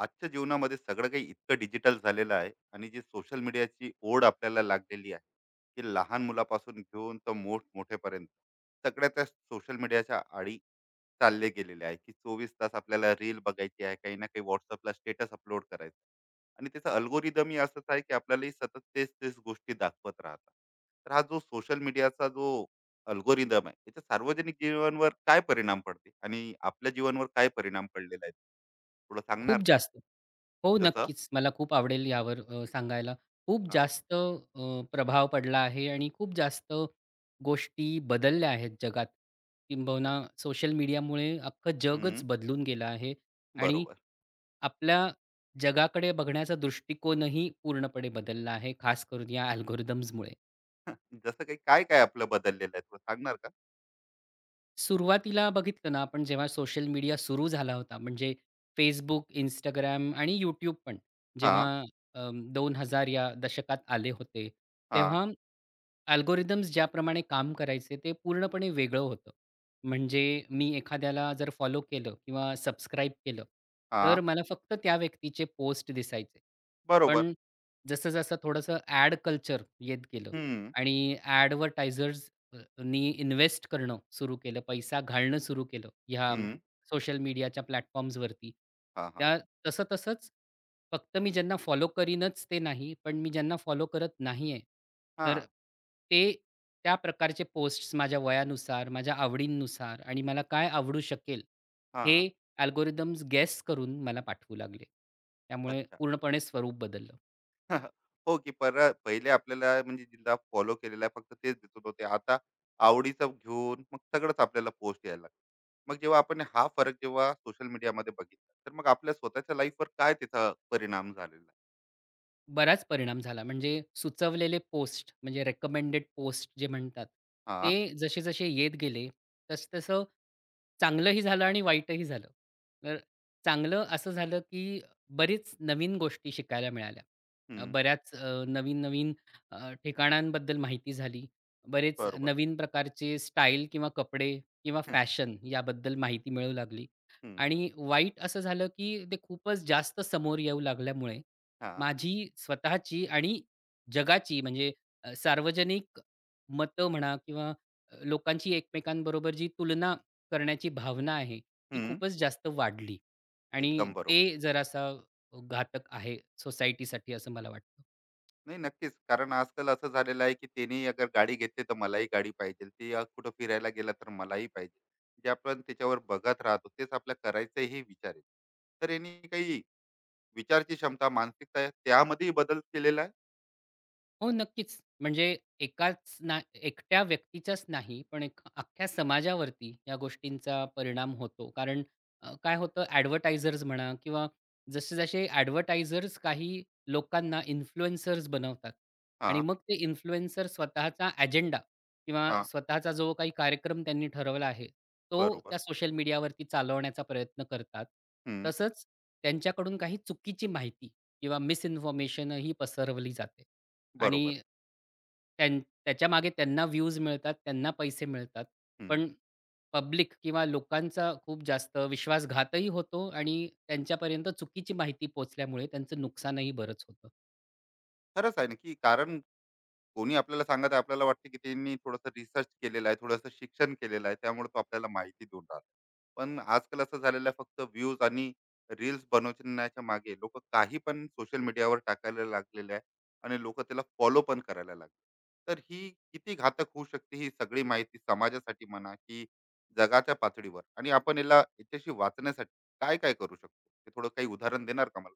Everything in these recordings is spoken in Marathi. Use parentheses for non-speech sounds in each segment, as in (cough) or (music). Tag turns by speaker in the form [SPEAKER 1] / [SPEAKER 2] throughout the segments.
[SPEAKER 1] आजच्या जीवनामध्ये सगळं काही इतकं डिजिटल झालेलं आहे आणि जी सोशल मीडियाची ओढ आपल्याला लागलेली आहे, ती लहान मुलापासून घेऊन तर मोठ मोठेपर्यंत सगळ्या त्या सोशल मीडियाच्या आडी चालले गेलेले आहे. की चोवीस तास आपल्याला रील बघायची आहे, काही ना काही व्हॉट्सअपला स्टेटस अपलोड करायचं. आणि त्याचा अल्गोरिदम ही असंच आहे की आपल्यालाही सतत तेच तेच गोष्टी दाखवत राहतात. तर हा जो सोशल मीडियाचा जो अल्गोरिदम आहे त्याचा सार्वजनिक जीवनावर काय परिणाम पडते आणि आपल्या जीवनावर काय परिणाम पडलेला आहे, थोडं सांगणार
[SPEAKER 2] खूप
[SPEAKER 1] का?
[SPEAKER 2] जास्त. हो,
[SPEAKER 1] जसं?
[SPEAKER 2] नक्कीच. मला खूप आवडेल यावर सांगायला. खूप
[SPEAKER 1] हां.
[SPEAKER 2] जास्त प्रभाव पडला आहे आणि खूप जास्त गोष्टी बदलल्या आहेत जगात. किंबहुना सोशल मीडियामुळे अख्खं जगच
[SPEAKER 1] हं.
[SPEAKER 2] बदलून गेलं आहे आणि
[SPEAKER 1] बरोबर.
[SPEAKER 2] आपल्या जगाकडे बघण्याचा दृष्टिकोनही पूर्णपणे बदलला आहे, खास करून या अल्गोरिदम्समुळे.
[SPEAKER 1] (laughs) जसं काही काय-काय आपलं बदललेलं आहे? थोडं सांगणार का?
[SPEAKER 2] सुरुवातीला बघितलं ना आपण जेव्हा सोशल मीडिया सुरू झाला होता म्हणजे Facebook, Instagram आणि यूट्यूब पण
[SPEAKER 1] हां,
[SPEAKER 2] जेव्हा 2000 या दशकात आले होते,
[SPEAKER 1] हां,
[SPEAKER 2] तेव्हा अल्गोरिदम्स ज्याप्रमाणे काम करायचे ते पूर्णपणे वेगळं होतं. म्हणजे मी एखाद्याला जर फॉलो केलं किंवा सबस्क्राईब केलं,
[SPEAKER 1] हां.
[SPEAKER 2] तर मला फक्त त्या व्यक्तीचे पोस्ट दिसायचे.
[SPEAKER 1] बरोबर.
[SPEAKER 2] पण जसं-जसं थोडंसं ॲड कल्चर येत गेलं
[SPEAKER 1] हं,
[SPEAKER 2] आणि ॲडव्हर्टायझर्स नी इन्व्हेस्ट करणं सुरू केलं, पैसा घालणं सुरू केलं ह्या
[SPEAKER 1] हं.
[SPEAKER 2] सोशल मीडियाच्या प्लॅटफॉर्म्सवरती.
[SPEAKER 1] हां, हां.
[SPEAKER 2] त्या तसं तसंच फक्त मी ज्यांना फॉलो करीनच ते नाही, पण मी ज्यांना फॉलो करत नाही आहे, तर
[SPEAKER 1] हां,
[SPEAKER 2] ते त्या प्रकारचे पोस्ट्स माझ्या वयानुसार, माझ्या आवडींनुसार आणि मला काय आवडू शकेल
[SPEAKER 1] हां.
[SPEAKER 2] हे अल्गोरिदम्स गेस करून मला पाठवू लागले. त्यामुळे
[SPEAKER 1] अच्छा.
[SPEAKER 2] पूर्णपणे स्वरूप बदललं.
[SPEAKER 1] (laughs) हो, की पर पहिले आपल्याला म्हणजे जिल्हा फॉलो केलेला आहे फक्त तेच दिसत होते. आता आवडीचं घेऊन मग सगळंच आपल्याला पोस्ट यायला लागलं. मग जेव्हा आपण हा फरक जेव्हा सोशल मीडियामध्ये बघितला, तर मग आपल्या स्वतःच्या लाईफवर काय त्याचा परिणाम झालेला आहे?
[SPEAKER 2] बराच परिणाम झाला. म्हणजे सुचवलेले पोस्ट म्हणजे रिकमेंडेड पोस्ट जे म्हणतात,
[SPEAKER 1] हां.
[SPEAKER 2] ते जसे-जसे येत गेले, तसं-तसं चांगलंही झालं आणि वाईटही झालं. तर चांगलं असं झालं, की बरीच नवीन गोष्टी शिकायला मिळाल्या.
[SPEAKER 1] हं.
[SPEAKER 2] बऱ्याच नवीन-नवीन ठिकाणांबद्दल माहिती झाली. बरेच
[SPEAKER 1] बरोबर.
[SPEAKER 2] नवीन प्रकारचे स्टाईल किंवा कपडे किंवा
[SPEAKER 1] (laughs)
[SPEAKER 2] फॅशन याबद्दल माहिती मिळू लागली.
[SPEAKER 1] हं.
[SPEAKER 2] आणि वाईट असं झालं, की ते खूपच जास्त समोर येऊ लागल्यामुळे
[SPEAKER 1] हां.
[SPEAKER 2] माझी स्वतःची आणि जगाची म्हणजे सार्वजनिक मतं म्हणा किंवा लोकांची एकमेकांबरोबर जी तुलना करण्याची भावना आहे, ती
[SPEAKER 1] हं.
[SPEAKER 2] खूपच जास्त वाढली आणि
[SPEAKER 1] एकदम बरोबर.
[SPEAKER 2] ते जरासा घातक आहे सोसायटीसाठी असं मला वाटतं.
[SPEAKER 1] नाही, नक्कीच. कारण आजकाल असं झालेलं आहे, की त्यानेही अगर गाडी घेतली तर मलाही गाडी पाहिजे. ते कुठं फिरायला गेला तर मलाही पाहिजे. जे आपण त्याच्यावर बघत राहतो तेच आपल्या करायचाही विचार आहे. तर यांनी काही विचारची क्षमता, मानसिकता आहे, त्यामध्येही बदल केलेला आहे.
[SPEAKER 2] हो, नक्कीच. म्हणजे एकाच ना एकट्या व्यक्तीच्याच नाही, पण एक अख्ख्या समाजावरती या गोष्टींचा परिणाम होतो. कारण काय होतं ॲडव्हर्टायझर्स म्हणा किंवा जसे-जसे ॲडव्हर्टायझर्स काही लोकांना इन्फ्लुएन्सर्स बनवतात आणि
[SPEAKER 1] हां,
[SPEAKER 2] मग ते इन्फ्लुएन्सर स्वतःचा अजेंडा किंवा
[SPEAKER 1] हां.
[SPEAKER 2] स्वतःचा जो काही कार्यक्रम त्यांनी ठरवला आहे, तो
[SPEAKER 1] बरोबर.
[SPEAKER 2] त्या सोशल मीडियावरती चालवण्याचा प्रयत्न करतात.
[SPEAKER 1] हं.
[SPEAKER 2] तसंच त्यांच्याकडून काही चुकीची माहिती किंवा मिसइन्फॉर्मेशन ही पसरवली जाते.
[SPEAKER 1] बरोबर.
[SPEAKER 2] आणि त्यां त्याच्या मागे त्यांना व्ह्यूज मिळतात, त्यांना पैसे मिळतात.
[SPEAKER 1] हं.
[SPEAKER 2] पण पब्लिक किंवा लोकांचा खूप जास्त विश्वासघातही होतो आणि त्यांच्यापर्यंत चुकीची माहिती पोहोचल्यामुळे त्यांचं नुकसानही बरंच होतं.
[SPEAKER 1] खरंच आहे ना, की कारण कोणी आपल्याला सांगत आहे, आपल्याला वाटतं, की त्यांनी थोडंसं रिसर्च केलेलं आहे, थोडंसं शिक्षण केलेलं आहे. त्यामुळे तो आपल्याला माहिती देऊन राहिला. पण आजकाल असं झालेलं आहे फक्त व्ह्यूज आणि रील्स बनवण्याच्या मागे लोक काही पण सोशल मीडियावर टाकायला लागलेले आहे आणि लोक त्याला फॉलो पण करायला लागले. तर ही किती घातक होऊ शकते ही सगळी माहिती समाजासाठी म्हणा, की जगाच्या पातळीवर, आणि आपण याला याच्याशी वाचण्यासाठी काय काय करू शकतो ते थोडं काही उदाहरण देणार का मला?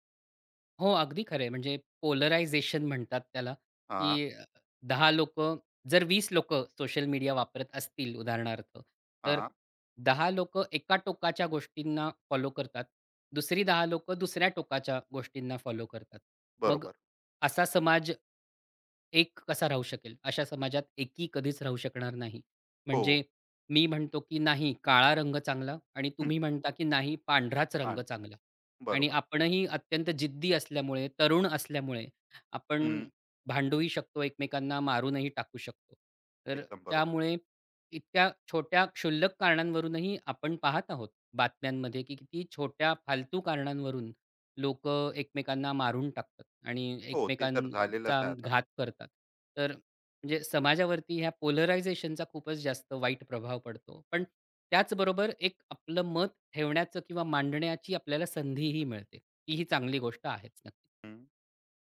[SPEAKER 2] हो, अगदी खरं म्हणजे पोलरायझेशन म्हणतात त्याला,
[SPEAKER 1] हा.
[SPEAKER 2] की 10 लोकं जर 20 लोक सोशल मीडिया वापरत असतील उदाहरणार्थ, तर
[SPEAKER 1] हा.
[SPEAKER 2] 10 लोक एका टोकाच्या गोष्टींना फॉलो करतात. दुसरी 10 लोक दुसऱ्या टोकाच्या गोष्टींना फॉलो करतात. मग
[SPEAKER 1] बरोबर.
[SPEAKER 2] असा समाज एक कसा राहू शकेल? अशा समाजात एकी कधीच राहू शकणार नाही.
[SPEAKER 1] हो.
[SPEAKER 2] म्हणजे मी म्हणतो, की नाही काळा रंग चांगला आणि
[SPEAKER 1] हं,
[SPEAKER 2] तुम्ही म्हणता, की नाही पांढराच रंग
[SPEAKER 1] पान.
[SPEAKER 2] चांगला. आणि
[SPEAKER 1] बरोबर.
[SPEAKER 2] आपणही अत्यंत जिद्दी असल्यामुळे, तरुण असल्यामुळे आपण
[SPEAKER 1] हं,
[SPEAKER 2] भांडूही शकतो, एकमेकांना मारूनही टाकू शकतो. तर
[SPEAKER 1] एकदम बरोबर.
[SPEAKER 2] त्यामुळे इतक्या छोट्या क्षुल्लक कारणांवरूनही आपण पाहत आहोत बातम्यांमध्ये, की किती छोट्या फालतू कारणांवरून लोकं एकमेकांना मारून टाकतात आणि
[SPEAKER 1] हो ते तर झालेलंच
[SPEAKER 2] चा
[SPEAKER 1] आहे आता.
[SPEAKER 2] घात करतात. तर म्हणजे समाजावरती ह्या पोलरायझेशनचा खूपच जास्त वाईट प्रभाव पडतो. पण त्याचबरोबर एक आपलं मत ठेवण्याचं किंवा मांडण्याची आपल्याला संधीही मिळते. ही चांगली गोष्ट आहेच नक्की.
[SPEAKER 1] हं.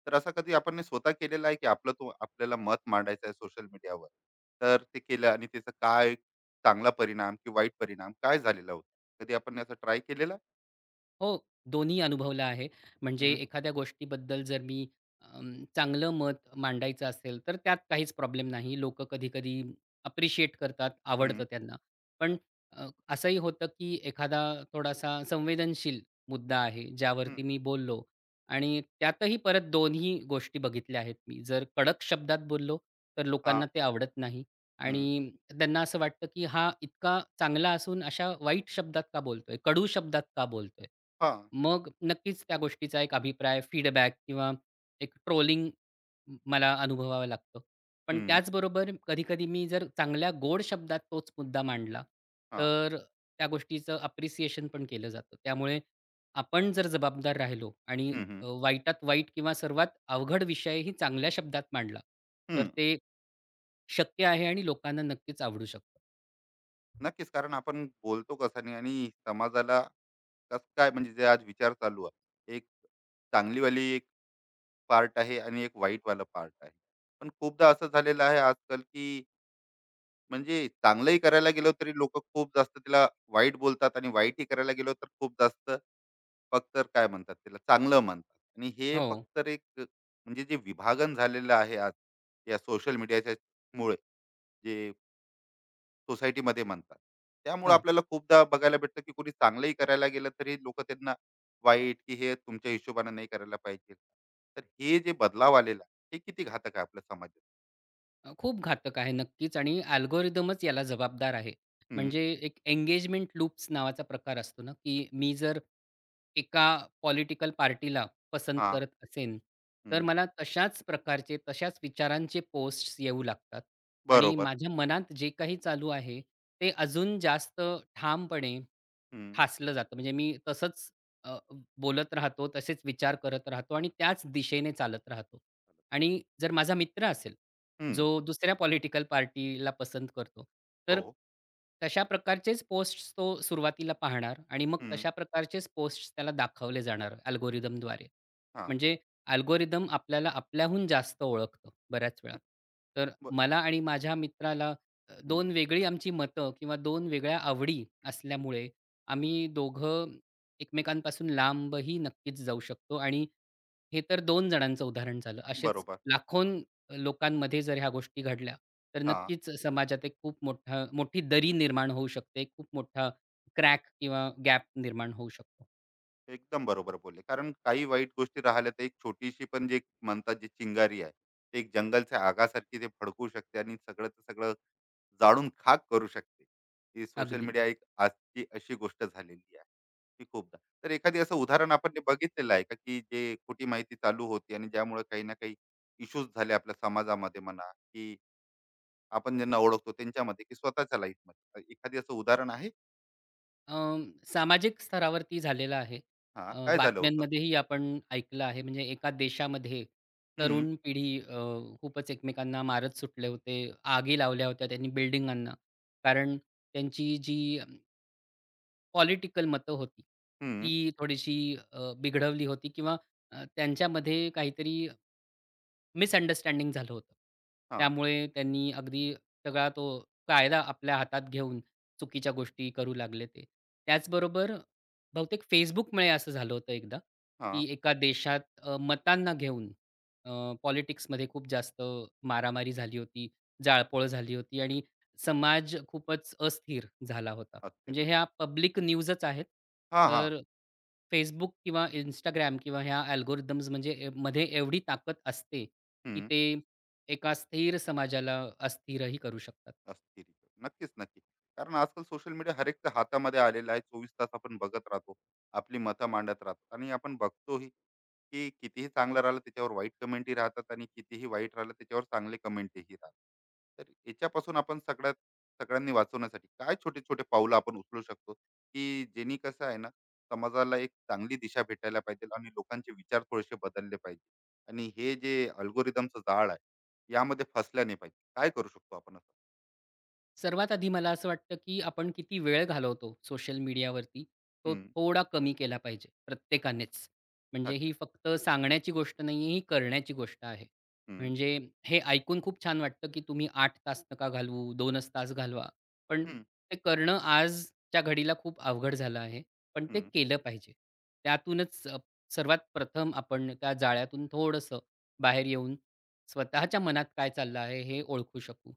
[SPEAKER 1] तर असं कधी आपण ने स्वतः केलेलं आहे की आपलं तो आपल्याला मत मांडायचं आहे सोशल मीडियावर, तर ते केलं आणि त्याचा काय चांगला परिणाम की वाईट परिणाम काय झालेला होता, कधी आपण ने असं ट्राय केलेला?
[SPEAKER 2] हो, दोन्ही अनुभवलं आहे. म्हणजे
[SPEAKER 1] हं,
[SPEAKER 2] एखाद्या गोष्टीबद्दल जर मी चांगलं मत मांडायचं असेल, तर त्यात काहीच प्रॉब्लेम नाही. लोक कधी-कधी अप्रिशिएट करतात,
[SPEAKER 1] हं,
[SPEAKER 2] आवडतं त्यांना. पण अ, असंही होतं, की एखादा थोडासा संवेदनशील मुद्दा आहे,
[SPEAKER 1] हं,
[SPEAKER 2] ज्यावरती मी बोललो आणि त्यातही परत दोन्ही गोष्टी बघितल्या आहेत मी. जर कडक शब्दात बोललो, तर
[SPEAKER 1] हा,
[SPEAKER 2] लोकांना ते आवडत नाही.
[SPEAKER 1] हं,
[SPEAKER 2] आणि त्यांना असं वाटतं, की हा इतका चांगला असून अशा वाईट शब्दात का बोलतोय? कडू शब्दात का बोलतोय?
[SPEAKER 1] हा,
[SPEAKER 2] मग नक्कीच त्या गोष्टीचा एक अभिप्राय, फीडबॅक किंवा एक ट्रोलिंग मला अनुभवावं लागतं. पण
[SPEAKER 1] हं,
[SPEAKER 2] त्याचबरोबर कधी-कधी मी जर चांगल्या गोड शब्दात तोच मुद्दा मांडला,
[SPEAKER 1] हा,
[SPEAKER 2] तर त्या गोष्टीचं अप्रिसिएशन पण केलं जातं. त्यामुळे आपण जर जबाबदार राहिलो आणि
[SPEAKER 1] हं, हं,
[SPEAKER 2] वाईटात वाईट किंवा सर्वात अवघड विषयही चांगल्या शब्दात मांडला, तर
[SPEAKER 1] हं.
[SPEAKER 2] ते शक्य आहे आणि लोकांना नक्कीच आवडू शकतं.
[SPEAKER 1] नक्कीच कारण आपण बोलतो कसाने आणि समाजाला कस काय, म्हणजे जे आज विचार चालू आहे, एक चांगलीवाली एक पार्ट आहे आणि एक वाईटवाला पार्ट आहे. पण खूपदा असं झालेलं आहे आजकाल की म्हणजे चांगलंही करायला गेलो तरी लोक खूप जास्त तिला वाईट बोलतात आणि वाईटही करायला गेलो तर खूप जास्त फक्त काय म्हणतात त्याला चांगलं म्हणतात. आणि हे
[SPEAKER 2] हो,
[SPEAKER 1] फक्त एक म्हणजे जे विभागन झालेलं आहे आज या सोशल मीडियाच्या मुळे, जे सोसायटीमध्ये म्हणतात, त्यामुळे
[SPEAKER 2] हो.
[SPEAKER 1] आपल्याला खूपदा बघायला भेटतं की कोणी चांगलंही करायला गेलं तरी लोक त्यांना वाईट की हे तुमच्या हिशोबाने नाही करायला पाहिजे. तर हे जे बदलाव आलेला आहे, हे किती घातक आहे आपल्या समाजात.
[SPEAKER 2] खूप घातक आहे नक्कीच आणि अल्गोरिदमच याला जबाबदार आहे.
[SPEAKER 1] हम्म,
[SPEAKER 2] म्हणजे एक एंगेजमेंट लूप्स नावाचा प्रकार असतो ना, की मी जर एका पॉलिटिकल पार्टीला पसंत
[SPEAKER 1] हा.
[SPEAKER 2] करत असेन, तर
[SPEAKER 1] हम्म,
[SPEAKER 2] मला तशाच प्रकारचे, तशाच विचारांचे पोस्ट्स येऊ लागतात आणि
[SPEAKER 1] बरोबर.
[SPEAKER 2] माझ्या मनात जे काही चालू आहे, ते अजून जास्त ठामपणे
[SPEAKER 1] हम्म,
[SPEAKER 2] ठासलं जातं. म्हणजे मी तसंच अ, बोलत राहतो, तसेच विचार करत राहतो आणि त्याच दिशेने चालत राहतो. आणि जर माझा मित्र असेल, जो
[SPEAKER 1] हम्म.
[SPEAKER 2] दुसऱ्या पॉलिटिकल पार्टीला पसंत करतो,
[SPEAKER 1] हो.
[SPEAKER 2] तर तशा प्रकारचेच पोस्ट्स तो सुरुवातीला पाहणार आणि मग
[SPEAKER 1] हं.
[SPEAKER 2] तशा प्रकारचेच पोस्ट्स त्याला दाखवले जाणार अल्गोरिदमद्वारे.
[SPEAKER 1] हां.
[SPEAKER 2] म्हणजे अल्गोरिदम आपल्याला आपल्याहून जास्त ओळखतं बऱ्याच वेळा. तर
[SPEAKER 1] ब
[SPEAKER 2] मला आणि माझ्या मित्राला
[SPEAKER 1] हं.
[SPEAKER 2] 2 वेगळी आमची मतं किंवा 2 वेगळ्या आवडी असल्यामुळे आम्ही दोघं एकमेकांपासून लांबही नक्कीच जाऊ शकतो आणि हे तर 2 जणांचं उदाहरण झालं. असेच
[SPEAKER 1] बरोबर.
[SPEAKER 2] लाखोन लोकांमध्ये जर ह्या गोष्टी घडल्या, तर
[SPEAKER 1] हां.
[SPEAKER 2] नक्कीच समाजात एक खूप मोठा मोठी दरी निर्माण होऊ शकते. खूप मोठा क्रॅक किंवा गॅप निर्माण होऊ शकतो.
[SPEAKER 1] एकदम बरोबर बोलले. कारण काही वाईट गोष्टी राहिल्या तर एक छोटीशी पण जे म्हणतात जी चिंगारी आहे, ते एक जंगलच्या आगासारखी ते भड़कू शकते आणि सगळंचं सगळं जाळून खाक करू शकते. ही सोशल
[SPEAKER 2] अगदी.
[SPEAKER 1] मीडिया एक आजची अशी गोष्ट झालेली आहे, की खूपदा. तर एखादी असं उदाहरण आपण जे बघितलेलं आहे का, की जे खोटी माहिती चालू होती आणि ज्यामुळे काही ना काही इश्यूज झाले आपल्या समाजामध्ये म्हणा, की आपण ज्यांना ओळखतो त्यांच्यामध्ये की स्वतःच्या लाईफमध्ये. एखादी असं उदाहरण आहे?
[SPEAKER 2] सामाजिक स्तरावरती झालेला आहे.
[SPEAKER 1] हा, काय झालं होतं?
[SPEAKER 2] बातम्यांमध्येही आपण ऐकलं आहे. म्हणजे एका देशामध्ये
[SPEAKER 1] हं,
[SPEAKER 2] तरुण पिढी खूपच एकमेकांना मारत सुटले होते. आगी लावल्या होत्या त्यांनी बिल्डिंगांना. कारण त्यांची जी पॉलिटिकल मतं होती,
[SPEAKER 1] हं.
[SPEAKER 2] ती थोडीशी बिघडवली होती किंवा त्यांच्यामध्ये काहीतरी मिसअंडरस्टँडिंग झालं होतं.
[SPEAKER 1] हां,
[SPEAKER 2] त्यामुळे त्यांनी अगदी सगळा तो कायदा आपल्या हातात घेऊन चुकीच्या गोष्टी करू लागले ते. त्याचबरोबर बहुतेक Facebookमुळे असं झालं होतं एकदा,
[SPEAKER 1] हा,
[SPEAKER 2] की एका देशात मतांना घेऊन अ, पॉलिटिक्समध्ये खूप जास्त मारामारी झाली होती, जाळपोळ झाली होती आणि समाज खूपच अस्थिर झाला होता. म्हणजे
[SPEAKER 1] अस्थिरता.
[SPEAKER 2] ह्या पब्लिक न्यूजच आहेत.
[SPEAKER 1] हां, हा,
[SPEAKER 2] तर Facebook किंवा Instagram किंवा ह्या अल्गोरिथम्स म्हणजे ए मध्ये एवढी ताकद असते, की
[SPEAKER 1] हं.
[SPEAKER 2] ते एका स्थिर समाजाला अस्थिरही करू शकतात.
[SPEAKER 1] असतील. नक्कीच, नक्की. कारण आजकाल सोशल मीडिया हर एकच्या हातामध्ये आलेला आहे. 24 तास आपण बघत राहतो. आपली मतं मांडत राहतो आणि आपण बघतोही, की कितीही चांगलं राहिलं त्याच्यावर वाईट कमेंटही राहतात आणि कितीही वाईट राहिलं त्याच्यावर चांगले कमेंटही राहतात. तर याच्यापासून आपण सगळ्यात सगळ्यांनी वाचवण्यासाठी काय छोटे-छोटे पाऊलं आपण उचलू शकतो, की जेणे कसं आहे ना, समाजाला एक चांगली दिशा भेटायला पाहिजे आणि लोकांचे विचार थोडेसे बदलले पाहिजे, आणि हे जे अल्गोरिदमचं जाळ आहे, यामध्ये फसल्या नाही पाहिजे. काय करू शकतो आपण?
[SPEAKER 2] सर्वात आधी मला असं वाटतं, की आपण किती वेळ घालवतो सोशल मीडियावरती, तो
[SPEAKER 1] हं,
[SPEAKER 2] थोडा कमी केला पाहिजे प्रत्येकानेच. म्हणजे ही
[SPEAKER 1] अच्छा.
[SPEAKER 2] फक्त सांगण्याची गोष्ट नाही आहे, ही करण्याची गोष्ट आहे.
[SPEAKER 1] हं,
[SPEAKER 2] म्हणजे हे ऐकून खूप छान वाटतं, की तुम्ही 8 तास नका घालवू, 2च तास घालवा. पण
[SPEAKER 1] हं,
[SPEAKER 2] ते करणं आजच्या घडीला खूप अवघड झालं आहे. पण ते
[SPEAKER 1] हं.
[SPEAKER 2] केलं पाहिजे. त्यातूनच सर्वात प्रथम आपण त्या जाळ्यातून थोडंसं बाहेर येऊन स्वतःच्या मनात काय चाललं आहे, हे ओळखू शकू.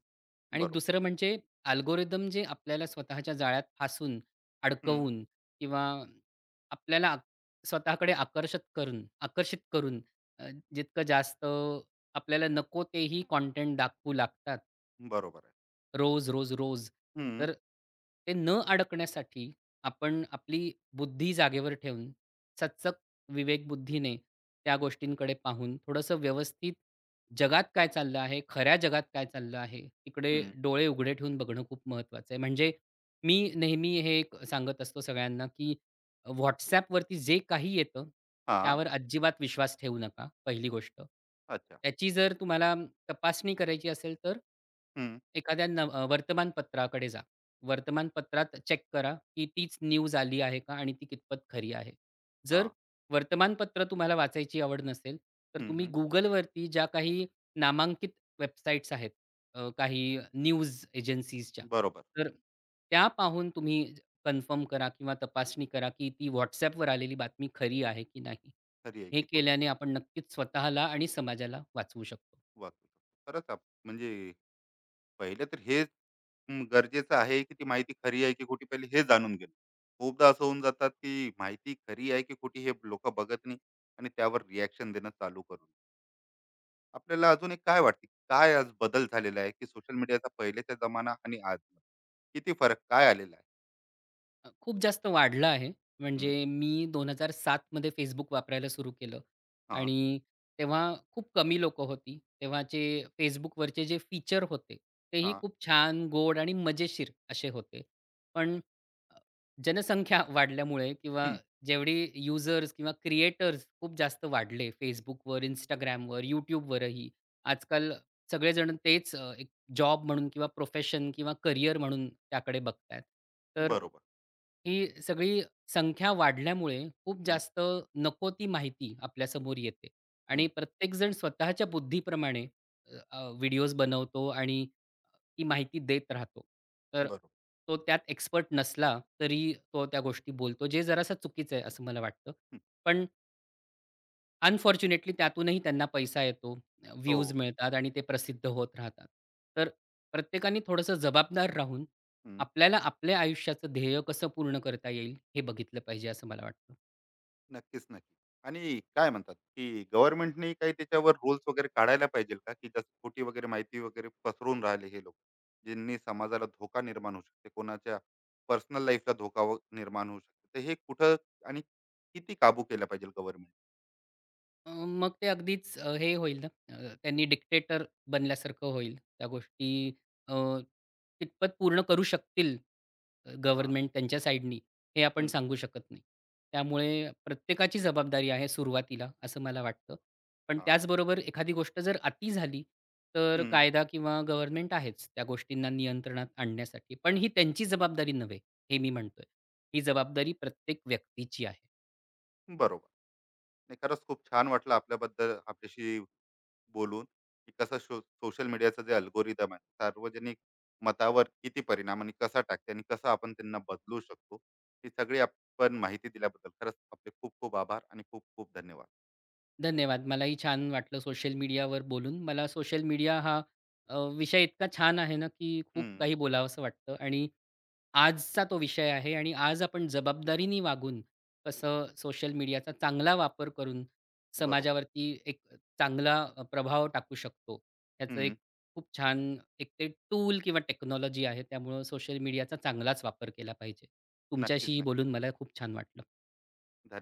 [SPEAKER 2] आणि
[SPEAKER 1] बरोबर.
[SPEAKER 2] दुसरं म्हणजे अल्गोरिदम जे आपल्याला स्वतःच्या जाळ्यात फासून,
[SPEAKER 1] हं,
[SPEAKER 2] अडकवून किंवा आपल्याला स्वतःकडे आकर्षक करून आकर्षित करून अ, जितकं जास्त आपल्याला नको तेही कंटेंट दाखवू लागतात,
[SPEAKER 1] बरोबर आहे.
[SPEAKER 2] रोज, रोज, रोज.
[SPEAKER 1] हं,
[SPEAKER 2] तर ते न अडकण्यासाठी आपण आपली बुद्धी जागेवर ठेवून, सचक विवेकबुद्धीने त्या गोष्टींकडे पाहून, थोडंसं व्यवस्थित जगात काय चाललं आहे, खऱ्या जगात काय चाललं आहे, तिकडे
[SPEAKER 1] हं.
[SPEAKER 2] डोळे उघडे ठेवून बघणं खूप महत्त्वाचं आहे. म्हणजे मी नेहमी हे एक सांगत असतो सगळ्यांना, की WhatsAppवरती जे काही येतं,
[SPEAKER 1] हां.
[SPEAKER 2] त्यावर अजिबात विश्वास ठेवू नका, पहिली गोष्ट.
[SPEAKER 1] अच्छा.
[SPEAKER 2] त्याची जर तुम्हाला तपासणी करायची असेल, तर
[SPEAKER 1] हं,
[SPEAKER 2] एखाद्या वर्तमानपत्राकडे जा. वर्तमानपत्रात चेक करा, की तीच न्यूज आली आहे का आणि ती कितपत खरी आहे. जर
[SPEAKER 1] हां.
[SPEAKER 2] वर्तमानपत्र तुम्हाला वाचायची आवड नसेल, तर
[SPEAKER 1] हं,
[SPEAKER 2] तुम्ही
[SPEAKER 1] हं.
[SPEAKER 2] Googleवरती ज्या काही नामांकित वेबसाईट्स आहेत, काही न्यूज एजन्सीजच्या,
[SPEAKER 1] बरोबर.
[SPEAKER 2] तर त्या पाहून तुम्ही कन्फर्म करा किंवा तपासणी करा की ती WhatsAppवर आलेली बातमी खरी आहे की नाही.
[SPEAKER 1] खरी आहे
[SPEAKER 2] हे
[SPEAKER 1] की खोटी?
[SPEAKER 2] केल्याने आपण नक्कीच स्वतःला आणि समाजाला वाचवू शकतो.
[SPEAKER 1] वाकई. खरंच आप म्हणजे पहिले तर हेच गरजेचं आहे की ती माहिती खरी आहे की खोटी पहिले हे जाणून घेणं. खूपदा असं होऊन जातात की माहिती खरी आहे की खोटी हे लोकं बघत नाही आणि त्यावर रिएक्शन देणं चालू करून. आपल्याला अजून एक काय वाटते? काय आज बदल झालेला आहे की सोशल मीडियाचा पहिलेचा जमाना आणि आज किती फरक काय आलेला आहे?
[SPEAKER 2] खूप जास्त वाढला आहे.
[SPEAKER 1] हं,
[SPEAKER 2] म्हणजे मी 2007 मध्ये Facebook वापरायला सुरू केलं
[SPEAKER 1] हां.
[SPEAKER 2] आणि तेव्हा खूप कमी लोकं होती. तेव्हाचे Facebookवरचे जे फीचर होते, तेही
[SPEAKER 1] हा.
[SPEAKER 2] खूप छान, गोड आणि मजेशीर असे होते. पण अ, जनसंख्या वाढल्यामुळे किंवा
[SPEAKER 1] हं,
[SPEAKER 2] जेवढी युजर्स किंवा क्रिएटर्स खूप जास्त वाढले Facebookवर, Instagramवर, YouTubeवरही. आजकाल सगळेजण तेच जॉब म्हणून किंवा प्रोफेशन किंवा करियर म्हणून त्याकडे बघतायत. तर
[SPEAKER 1] बरोबर.
[SPEAKER 2] ही सगळी संख्या वाढल्यामुळे खूप
[SPEAKER 1] हं,
[SPEAKER 2] जास्त नको ती माहिती आपल्यासमोर येते
[SPEAKER 1] हं,
[SPEAKER 2] आणि प्रत्येकजण स्वतःच्या बुद्धीप्रमाणे अ, अ, व्हिडिओज बनवतो आणि ती माहिती देत राहतो. तर
[SPEAKER 1] बरोबर.
[SPEAKER 2] तो त्यात एक्सपर्ट नसला तरी तो त्या गोष्टी बोलतो, जे जरासं चुकीचं आहे असं मला वाटतं.
[SPEAKER 1] हं,
[SPEAKER 2] पण अनफॉर्च्युनेटली त्यातूनही त्यांना पैसा येतो,
[SPEAKER 1] हो.
[SPEAKER 2] व्ह्यूज मिळतात आणि ते प्रसिद्ध होत राहतात. तर प्रत्येकाने थोडंसं जबाबदार राहून
[SPEAKER 1] हं,
[SPEAKER 2] आपल्याला आपल्या आयुष्याचं ध्येय कसं पूर्ण करता येईल हे बघितलं पाहिजे असं मला वाटतं.
[SPEAKER 1] नक्कीच नक्की. आणि काय म्हणतात की गव्हर्नमेंटने काही त्याच्यावर रूल्स वगैरे काढायला पाहिजे का, की जसं खोटी वगैरे माहिती वगैरे पसरून राहिले हे लोक ज्यांनी समाजाला धोका निर्माण होऊ शकते, कोणाच्या पर्सनल लाईफला धोका निर्माण होऊ शकते, तर हे कुठं आणि किती काबू केलं पाहिजे गव्हर्नमेंट?
[SPEAKER 2] मग ते अगदीच हे होईल ना, त्यांनी डिक्टेटर बनल्यासारखं होईल. त्या गोष्टी अ, कितपत पूर्ण करू शकतील
[SPEAKER 1] हा.
[SPEAKER 2] गव्हर्नमेंट त्यांच्या साईडनी, हे आपण
[SPEAKER 1] हं,
[SPEAKER 2] सांगू शकत नाही. त्यामुळे प्रत्येकाची जबाबदारी आहे सुरुवातीला, असं मला वाटतं. पण
[SPEAKER 1] हा.
[SPEAKER 2] त्याचबरोबर एखादी गोष्ट जर अति झाली, तर
[SPEAKER 1] हं,
[SPEAKER 2] कायदा किंवा गव्हर्नमेंट आहेच त्या गोष्टींना नियंत्रणात आणण्यासाठी. पण ही
[SPEAKER 1] आणि
[SPEAKER 2] त्यांची जबाबदारी नव्हे, हे मी म्हणतोय. ही जबाबदारी प्रत्येक व्यक्तीची आहे.
[SPEAKER 1] बरोबर. नाही, खरंच खूप छान वाटलं आपल्याबद्दल आपल्याशी बोलून, की कसं सोशल मीडियाचं जे अल्गोरिदम आहे सार्वजनिक मतावर किती परिणाम आणि कसा टाकते आणि कसं आपण त्यांना बदलू शकतो, ही सगळी आपण माहिती दिल्याबद्दल खरंच आपले खूप खूप आभार आणि खूप खूप धन्यवाद.
[SPEAKER 2] धन्यवाद. मलाही छान वाटलं सोशल मीडियावर बोलून. मला सोशल मीडिया हा विषय इतका छान आहे ना, की खूप
[SPEAKER 1] हम्म.
[SPEAKER 2] काही बोलावंसं वाटतं आणि आजचा तो विषय आहे आणि आज आपण जबाबदारीने वागून कसं सोशल मीडियाचा चांगला वापर करून
[SPEAKER 1] बरोबर.
[SPEAKER 2] समाजावरती एक चांगला प्रभाव टाकू शकतो. याचं
[SPEAKER 1] हम्म.
[SPEAKER 2] एक खूप छान एक ते टूल किंवा टेक्नॉलॉजी आहे. त्यामुळं सोशल मीडियाचा चांगलाच वापर केला पाहिजे.
[SPEAKER 1] नक्कीच
[SPEAKER 2] तुमच्याशीही
[SPEAKER 1] नक्की.
[SPEAKER 2] बोलून मला खूप छान वाटलं.
[SPEAKER 1] धन्यवाद.